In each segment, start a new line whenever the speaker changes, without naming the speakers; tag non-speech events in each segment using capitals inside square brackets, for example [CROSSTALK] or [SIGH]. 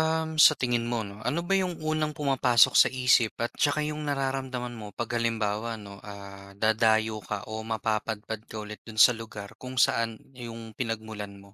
Sa tingin mo 'no, ano ba yung unang pumapasok sa isip at tsaka yung nararamdaman mo 'pag halimbawa 'no, dadayo ka o mapapadpad ka ulit dun sa lugar kung saan yung pinagmulan mo?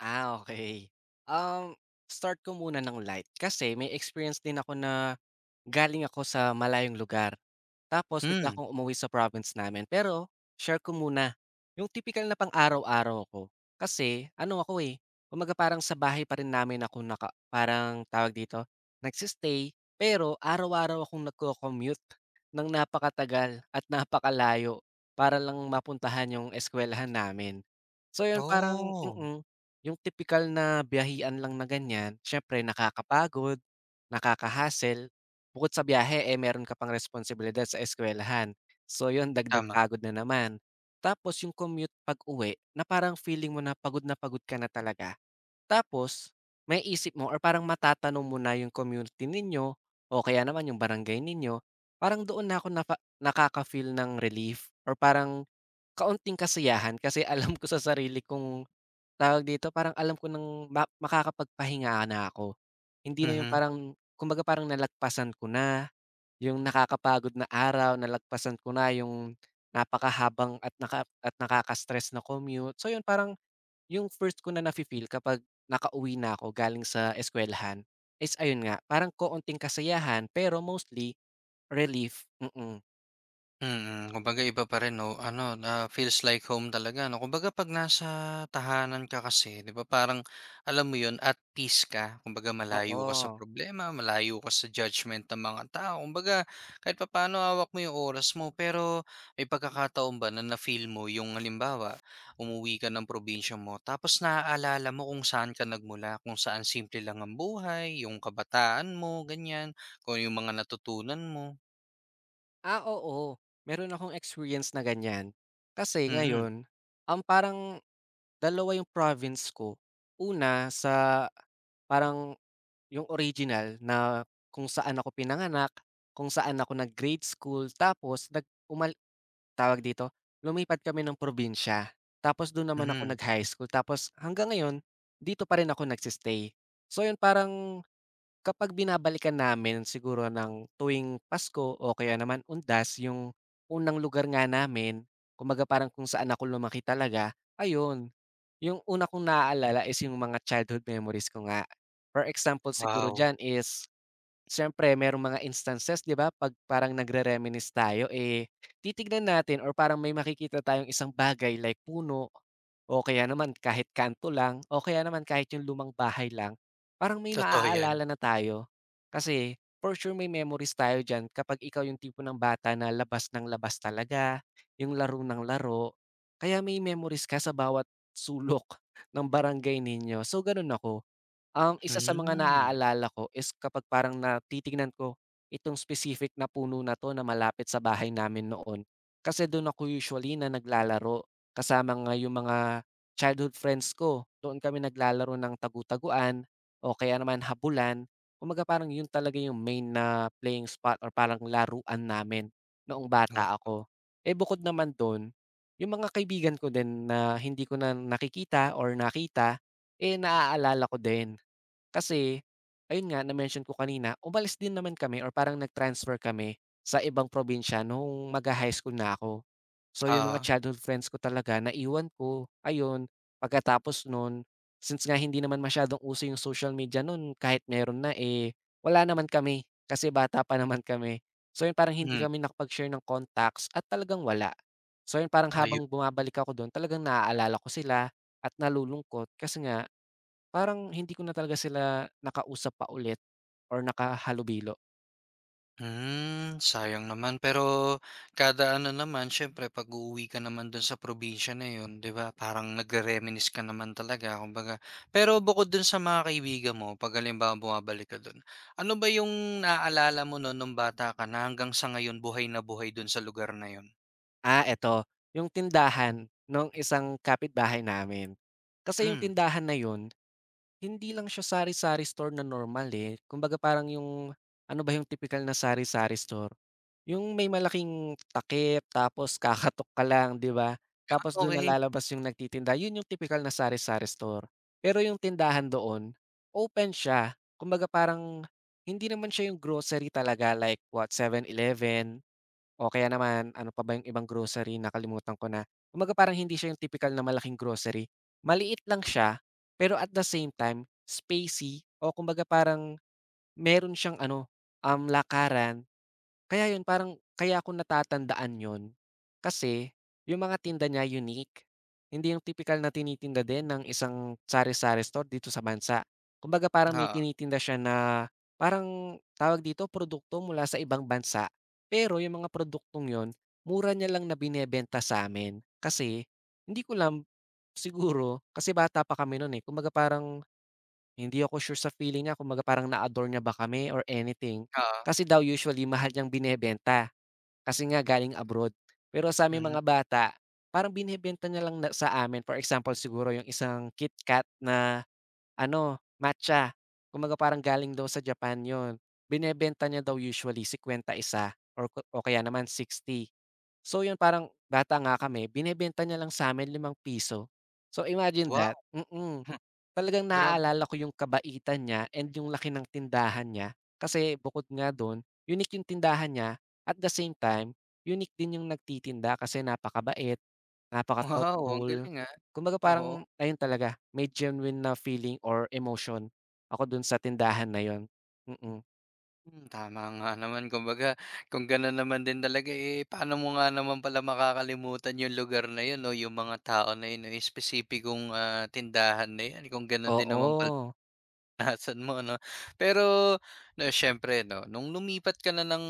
Ah, okay. Um, Start ko muna ng light kasi may experience din ako na galing ako sa malayong lugar. Tapos bigla
Hmm.
akong umuwi sa province namin. Pero share ko muna yung tipikal na pang-araw-araw ko. Kasi ano ako, eh, kumbaga parang sa bahay pa rin namin ako naka parang tawag dito, nagsi-stay. Pero araw-araw akong nagco-commute ng napakatagal at napakalayo para lang mapuntahan yung eskuwelahan namin. So yun parang
Oh.
yung tipikal na biyahean lang na ganyan, siyempre nakakapagod, nakaka-hassle. Bukod sa biyahe, eh, meron ka pang responsibilidad sa eskwelahan. So yun, dagdag
Tama.
pagod na naman. Tapos yung commute pag-uwi na parang feeling mo na pagod ka na talaga. Tapos may isip mo or parang matatanong mo na yung community ninyo o kaya naman yung barangay ninyo, parang doon na ako napa nakaka-feel ng relief or parang kaunting kasiyahan kasi [LAUGHS] alam ko sa sarili kong, tawag dito, parang alam ko ng makakapagpahinga na ako. Hindi na yung
Mhm.
parang kumbaga parang nalagpasan ko na yung nakakapagod na araw, nalagpasan ko na yung napakahabang at nakaka-stress na commute. So yun, parang yung first ko na nafi-feel kapag nakauwi na ako galing sa eskuwelahan is ayun nga, parang koonting kasiyahan pero mostly relief, mm.
Kumbaga iba pa rin 'no, ano na feels like home talaga 'no. Kumbaga 'pag nasa tahanan ka kasi 'di ba parang alam mo 'yun, at peace ka. Kumbaga malayo ka sa
Oo.
problema, malayo ka sa judgment ng mga tao. Kumbaga kahit papaano hawak mo 'yung oras mo. Pero may pagkakataon ba na na-feel mo 'yung halimbawa, umuwi ka ng probinsya mo tapos naaalala mo kung saan ka nagmula, kung saan simple lang ang buhay, 'yung kabataan mo ganyan kung 'yung mga natutunan mo?
Ah, oo. Meron akong experience na ganyan. Kasi
Mhm.
ngayon, ang parang dalawa yung province ko. Una sa parang yung original na kung saan ako pinanganak, kung saan ako nag-grade school, tapos nag umal tawag dito, lumipat kami ng probinsya. Tapos dun naman ako
Mhm.
nag-high school, tapos hanggang ngayon dito pa rin ako nagse. So yun parang kapag binabalikan namin siguro ng tuwing Pasko o kaya naman Undas yung unang lugar nga namin, kumbaga parang kung saan ako lumaki talaga, ayun. Yung una kong naaalala is yung mga childhood memories ko nga. For example siguro
Wow.
diyan is siyempre merong mga instances, 'di ba, 'pag parang nagre-reminisce tayo, eh, titignan natin or parang may makikita tayong isang bagay like puno o kaya naman kahit kanto lang o kaya naman kahit yung lumang bahay lang, parang may
Totoo 'yan.
maaalala na tayo. Kasi for sure may memories tayo diyan kapag ikaw yung tipo ng bata na labas ng labas talaga, yung laro ng laro, kaya may memories ka sa bawat sulok [LAUGHS] ng barangay ninyo. So, gano'n ako. Isa sa mga
Hmm.
naaalala ko is kapag parang natitignan ko itong specific na puno na 'to na malapit sa bahay namin noon. Kasi do'n ako usually na naglalaro kasama nga yung mga childhood friends ko. Doon kami naglalaro ng tagu-taguan o kaya naman habulan. Kumbaga parang yun talaga yung main na playing spot or parang laruan namin noong
Oh.
bata ako. Eh, bukod naman do'n, yung mga kaibigan ko din na hindi ko na nakikita or nakita, eh, naaalala ko din. Kasi, ayun nga na-mention ko kanina, umalis din naman kami or parang nag-transfer kami sa ibang probinsya nung magha-high school na ako. So, yung mga
Oo.
childhood friends ko talaga naiwan ko, ayun. Pagkatapos nun, since nga hindi naman masyadong uso yung social media nun kahit meron na, eh, wala naman kami kasi bata pa naman kami. So, yun parang hindi
Hmm.
kami nakapag-share ng contacts at talagang wala. So, yun parang
ayu
habang bumabalik ako dun talagang naaalala ko sila at nalulungkot kasi nga parang hindi ko na talaga sila nakausap pa ulit or nakahalubilo.
Sayang naman. Pero kada ano naman siyempre 'pag uuwi ka naman dun sa probinsya na 'yon, 'di ba, parang nagre-reminisce ka naman talaga kumbaga. Pero bukod do'n sa mga kaibigan mo 'pag halimbawa bumabalik ka dun, ano ba yung naaalala mo no'n nung bata ka na hanggang sa ngayon buhay na buhay dun sa lugar na 'yon?
Ah, eto, yung tindahan ng isang kapitbahay namin. Kasi yung
Hmm.
tindahan na yun, hindi lang siya sari-sari store na normal, eh. Kumbaga parang yung ano ba yung tipikal na sari-sari store? Yung may malaking takip tapos kakatok ka lang, 'di ba?
Ah,
Tapos dun
okey.
nalalabas yung nagtitinda, yun yung tipikal na sari-sari store. Pero yung tindahan doon, open siya. Kumbaga parang hindi naman siya yung grocery talaga like what 7-Eleven o kaya naman ano pa ba yung ibang grocery, nakalimutan ko na. Kumbaga parang hindi siya yung tipikal na malaking grocery. Maliit lang siya, pero at the same time spacey o kumbaga parang meron siyang ano, lakaran kaya yun parang kaya ko natatandaan yun, kasi yung mga tinda niya unique. Hindi yung tipikal na tinitinda din ng isang sari-sari store dito sa bansa. Kumbaga parang may
Oo,
tinitinda siya na parang tawag dito, produkto mula sa ibang bansa. Pero yung mga produktong yun, mura niya lang na binebenta sa sa'min. Kasi hindi ko alam, siguro kasi bata pa kami nun, eh. Kumbaga parang hindi ako sure sa feeling niya, kumbaga parang na-adore niya ba kami or anything.
oo.
Kasi daw usually mahal niyang binebenta. Kasi nga galing abroad. Pero sa aming
Hmm.
mga bata, parang binebenta niya lang na sa amin. For example, siguro yung isang KitKat na ano, matcha. Kumbaga parang galing daw sa Japan yon, binebenta niya daw usually 51 or o kaya naman 60. So yun parang bata nga kami, binebenta niya lang sa amin 5 piso. So imagine
Wow.
that. Mm.
[LAUGHS]
Talagang
Grabe.
naaalala ko yung kabaitan niya and yung laki ng tindahan niya kasi bukod nga doon, unique yung tindahan niya at the same time, unique din yung nagtitinda kasi napakabait,
Wow, ang
napaka-thoughtful.
galing, ah.
Kumbaga
Oo.
parang ayun talaga, may genuine na feeling or emotion ako dun sa tindahan na yun. Mm,
Hmm, tama nga [LAUGHS] naman. Kumbaga, kung gano'n naman din talaga, eh, paano mo nga naman pala makakalimutan yung lugar na yun no, yung mga tao na yun o yung espesipikong, tindahan na yan kung gano'n din naman pala.
oo.
Asan mo 'no? Pero na siyempre 'no, nung lumipat ka na ng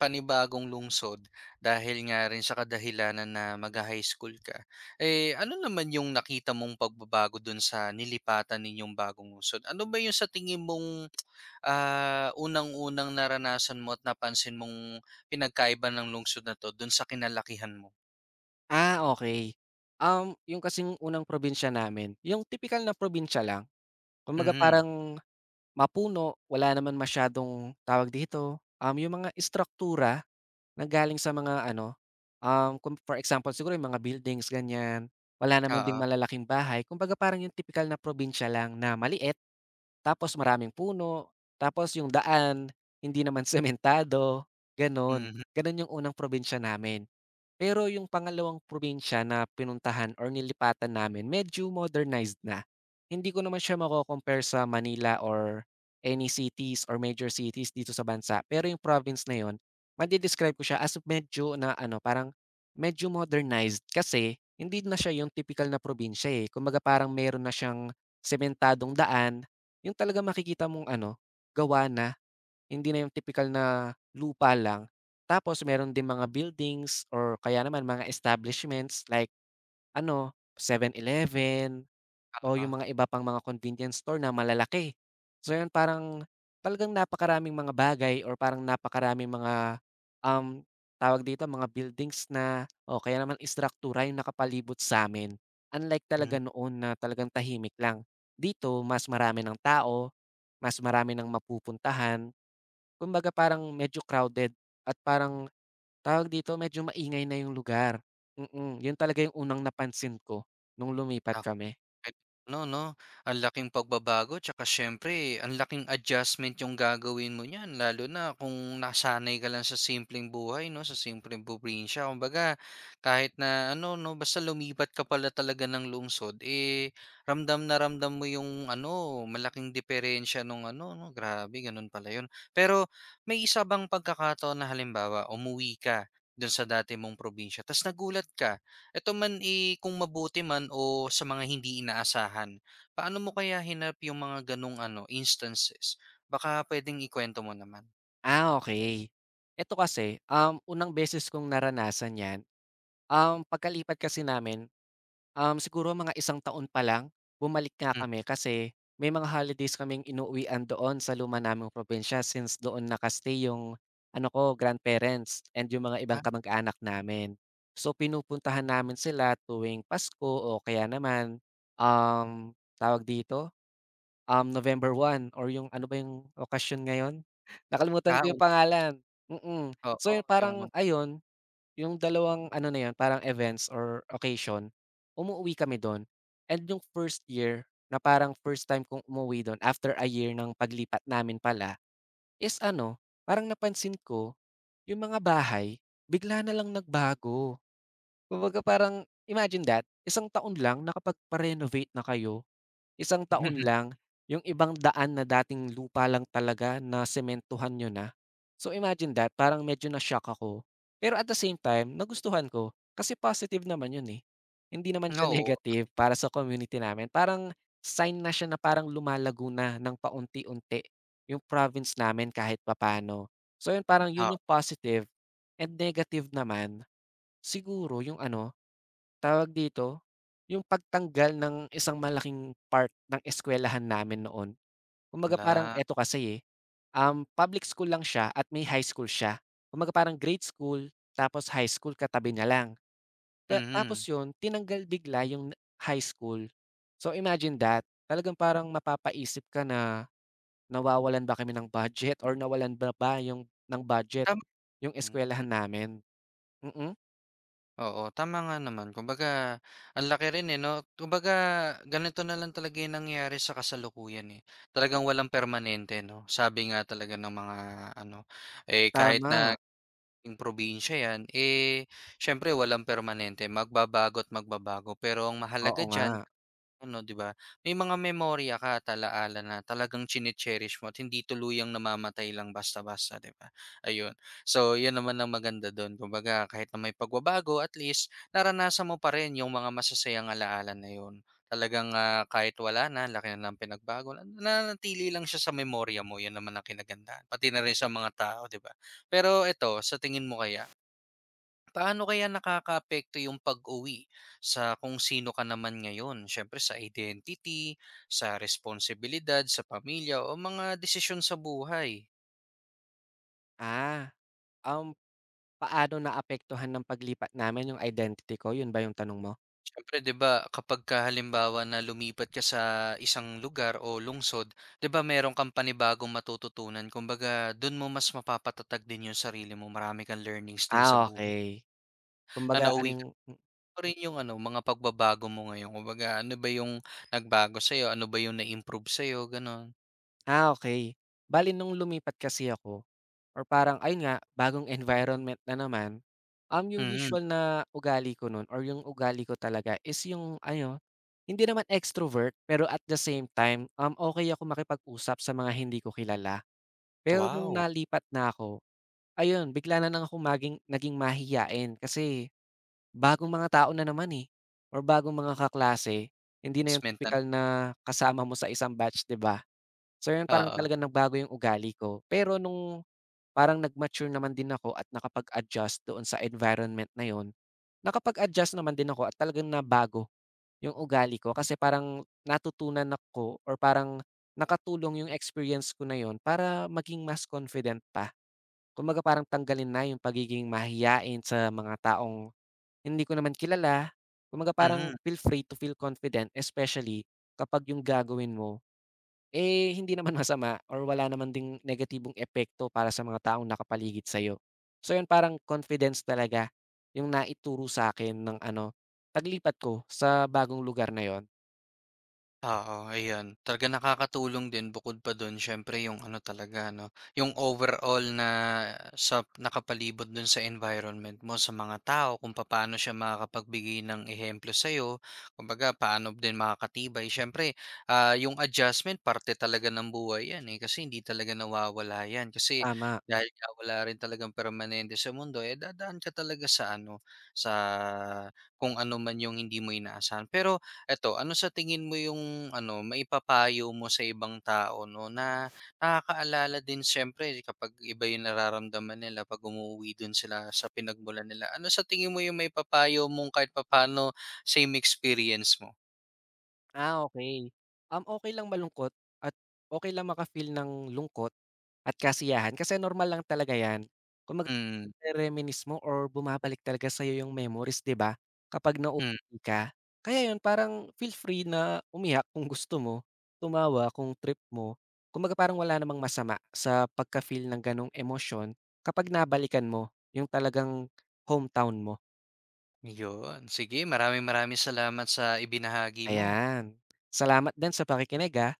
panibagong lungsod dahil nga rin sa kadahilanan na mag high school ka, eh, ano naman yung nakita mong pagbabago dun sa nilipatan ninyong bagong lungsod? Ano ba yung sa tingin mong, unang-unang naranasan mo at napansin mong pinagkaiba ng lungsod na 'to dun sa kinalakihan mo?
Ah, okay. Yung kasing unang probinsya namin, yung tipikal na probinsya lang. Kumbaga
Mhm.
parang mapuno, wala naman masyadong, tawag dito, yung mga istruktura nanggaling sa mga ano, kung for example siguro yung mga buildings, ganyan, wala naman ding
ah
malalaking bahay, kumbaga parang yung tipikal na probinsya lang na maliit, tapos maraming puno, tapos yung daan hindi naman [LAUGHS] sementado, gano'n.
Mhm.
Gano'n yung unang probinsya namin. Pero yung pangalawang probinsya na pinuntahan or nilipatan namin medyo modernized na. Hindi ko naman siya mako-compare sa Manila or any cities or major cities dito sa bansa. Pero yung province na yun, made-describe ko siya as medyo na ano, parang medyo modernized kasi hindi na siya yung typical na probinsya, eh. Kumbaga parang meron na siyang sementadong daan, yung talaga makikita mong ano, gawa na hindi na yung tipikal na lupa lang. Tapos meron din mga buildings or kaya naman mga establishments like ano, Seven Eleven o yung
ah
mga iba pang mga convenience store na malalaki. So yun parang talagang napakaraming mga bagay or parang napakaraming mga, um, tawag dito, mga buildings na o kaya naman istruktura yung nakapalibot sa'min. Unlike talaga noon na talagang tahimik lang. Dito mas marami ng tao, mas marami ng mapupuntahan. Kumbaga parang medyo crowded at parang, tawag dito, medyo maingay na yung lugar. Yun talaga yung unang napansin ko nung lumipat
Nako.
kami.
Kahit ano 'no, ang laking pagbabago tsaka siyempre ang laking adjustment yung gagawin mo niyan lalo na kung nasanay ka lang sa simpleng buhay 'no, sa simpleng probinsya. Kumbaga kahit na ano 'no, basta lumipat ka pala talaga ng lungsod, eh, ramdam na ramdam mo yung ano, malaking diperensya nung ano 'no, grabe ganun pala yun. Pero may isa bang pagkakataon na halimbawa umuwi ka dun sa dati mong probinsya ta's nagulat ka? Eto man, eh, kung mabuti man o sa mga hindi inaasahan, paano mo kaya hinarap yung mga gano'ng ano, instances? Baka puwedeng ikuwento mo naman.
Ah, okay. Eto kasi, unang beses kong naranasan 'yan, pagkalipat kasi namin, siguro mga isang taon pa lang, bumalik nga
Hmm.
kami kasi may mga holidays kaming inuwian doon sa luma naming probinsya since doon nakastay yung ano ko, grandparents and yung mga ibang
ah,
kamag-anak namin. So, pinupuntahan namin sila tuwing Pasko o kaya naman, tawag dito, November 1 or yung ano ba yung okasyon ngayon? Nakalimutan
ah,
ko yung pangalan, mm.
Oo,
So
oo,
yun
yung
parang
un
ayun, yung dalawang ano na yun parang events or occasion, umuwi kami dun and yung first year na parang first time kong umuwi dun after a year ng paglipat namin pala is ano, parang napansin ko yung mga bahay bigla na lang nagbago. Kumbaga parang imagine that, isang taon lang nakapagpa-renovate na kayo. Isang taon
[LAUGHS]
lang, yung ibang daan na dating lupa lang talaga na nasementuhan niyo na. So imagine that, parang medyo na-shock ako. Pero at the same time, nagustuhan ko kasi positive naman yun, eh. Hindi naman siya [LAUGHS]
Oo,
negative para sa community namin. Parang sign na siya na parang lumalago na ng paunti-unti yung province namin kahit papaano. So yun, parang
ah,
yun yung positive and negative naman siguro yung ano, tawag dito, yung pagtanggal ng isang malaking part ng eskuwelahan namin noon. Kumbaga parang
yun.
eto kasi, eh, public school lang siya at may high school siya. Kumbaga parang grade school tapos high school katabi niya lang. Pa tapos
Mhm.
yun tinanggal bigla yung high school. So imagine that, talagang parang mapapaisip ka na nawawalan ba kami ng budget or nawalan ba ba yung ng budget
Tama
yung eskuwelahan
mm,
namin? Mm,
oo, tama nga naman. Kumbaga, ang laki rin, eh, 'no? Kumbaga, ganito na lang talaga yung nangyayari sa kasalukuyan, eh. Talagang walang permanente, 'no? Sabi nga talaga ng mga ano, eh, kahit
tama,
na yung probinsya 'yan, eh, siyempre walang permanente, magbabago at magbabago. Pero ang
oo
mahalaga
nga.
diyan ano, 'di ba, may mga memorya ka at ala na talagang chine-cherish mo at hindi tuluyang namamatay lang basta-basta, 'di ba? Ayun. So, 'yun naman ang maganda do'n. Kumbaga kahit na may pagbabago, at least naranasan mo pa rin yung mga masasayang ala-ala na yon. Talagang, kahit wala na, laki na ng pinagbago, nananatili lang siya sa memorya mo, 'yun naman ang kinagandaan. Pati na rin sa mga tao, 'di ba? Pero eto, sa tingin mo kaya, paano kaya nakakaapekto yung pag-uwi sa kung sino ka naman ngayon? Siyempre sa identity, sa responsibilidad, sa pamilya o mga desisyon sa buhay.
Ah, um paano naapektuhan ng paglipat namin yung identity ko, yun ba yung tanong mo?
Siyempre 'di ba kapag ka halimbawa na lumipat ka sa isang lugar o lungsod, 'di ba meron kang panibagong matututunan. Kumbaga dun mo mas mapapatatag din yung sarili mo, marami kang learnings din sa
Ah,
buhay.
okey.
Na
Kumbaga ano
nauwi
yung
ka. Ano rin yung ano, mga pagbabago mo ngayon? Kumbaga, ano ba yung nagbago sa'yo? Ano ba yung na-improve sa'yo, gano'n?
ah, okey. Bale nung lumipat kasi ako or parang ayun nga, bagong environment na naman, yung
Mm.
usual na ugali ko nun or yung ugali ko talaga is yung ano, hindi naman extrovert, pero at the same time, okey ako makipag-usap sa mga hindi ko kilala. Pero nung
Wow!
nalipat na ako, ayun bigla na lang akong naging mahiyain kasi bagong mga tao na naman, eh, or bagong mga kaklase. Hindi
Tapos
na yung
menta
tipikal na kasama mo sa isang batch, 'di ba? So, yun parang
Oo,
talagang nagbago yung ugali ko. Pero nung parang nag-mature naman din ako at nakapag-adjust doon sa environment na yun, nakapag-adjust naman din ako at talagang nabago yung ugali ko kasi parang natutunan ako or parang nakatulong yung experience ko na yun para maging mas confident pa. Kumbaga parang tanggalin na yung pagiging mahiyain sa mga taong hindi ko naman kilala, kumbaga parang
mhm.
feel free to feel confident especially kapag yung gagawin mo, eh, hindi naman [LAUGHS] masama or wala naman ding negatibong epekto para sa mga taong nakapaligid sa'yo. So yun parang confidence talaga yung naituro sa akin ng ano, taglipat ko sa bagong lugar na yon.
Oo, ayun. Talagang nakakatulong din bukod pa dun siyempre yung ano talaga 'no, yung overall na sa nakapalibot dun sa environment mo, sa mga tao, kung paano siya makakapagbigay ng ehemplo sa'yo. Kumbaga paano din makakatibay. Siyempre, yung adjustment parte talaga ng buhay 'yan, eh, kasi hindi talaga nawawala 'yan. Kasi
Tama.
dahil nga wala rin talagang permanente sa mundo, eh, dadaan ka talaga sa ano, sa kung ano man yung hindi mo inaasahan. Pero eto, ano sa tingin mo yung ano, maipapayo mo sa ibang tao 'no, na nakakaalala din siyempre kapag iba yung nararamdaman nila 'pag umuuwi dun sila sa pinagmulan nila. Ano sa tingin mo yung maipapayo mong kahit papaano same experience mo?
Ah, okay. Okay lang malungkot at okay lang maka ng lungkot at kasiyahan kasi normal lang talaga yan. Kumbaga
Mm.
nare-reminisce mo or bumabalik talaga sa'yo yung memories, 'di ba, kapag
Hmm.
nauuwi ka. Kaya yun parang feel free na umiyak kung gusto mo, tumawa kung trip mo. Kumbaga parang wala namang masama sa pagka-feel ng gano'ng emosyon kapag nabalikan mo yung talagang hometown mo,
Yun. Sige, maraming maraming salamat sa ibinahagi mo.
ayan. Salamat din sa pakikinig, ah.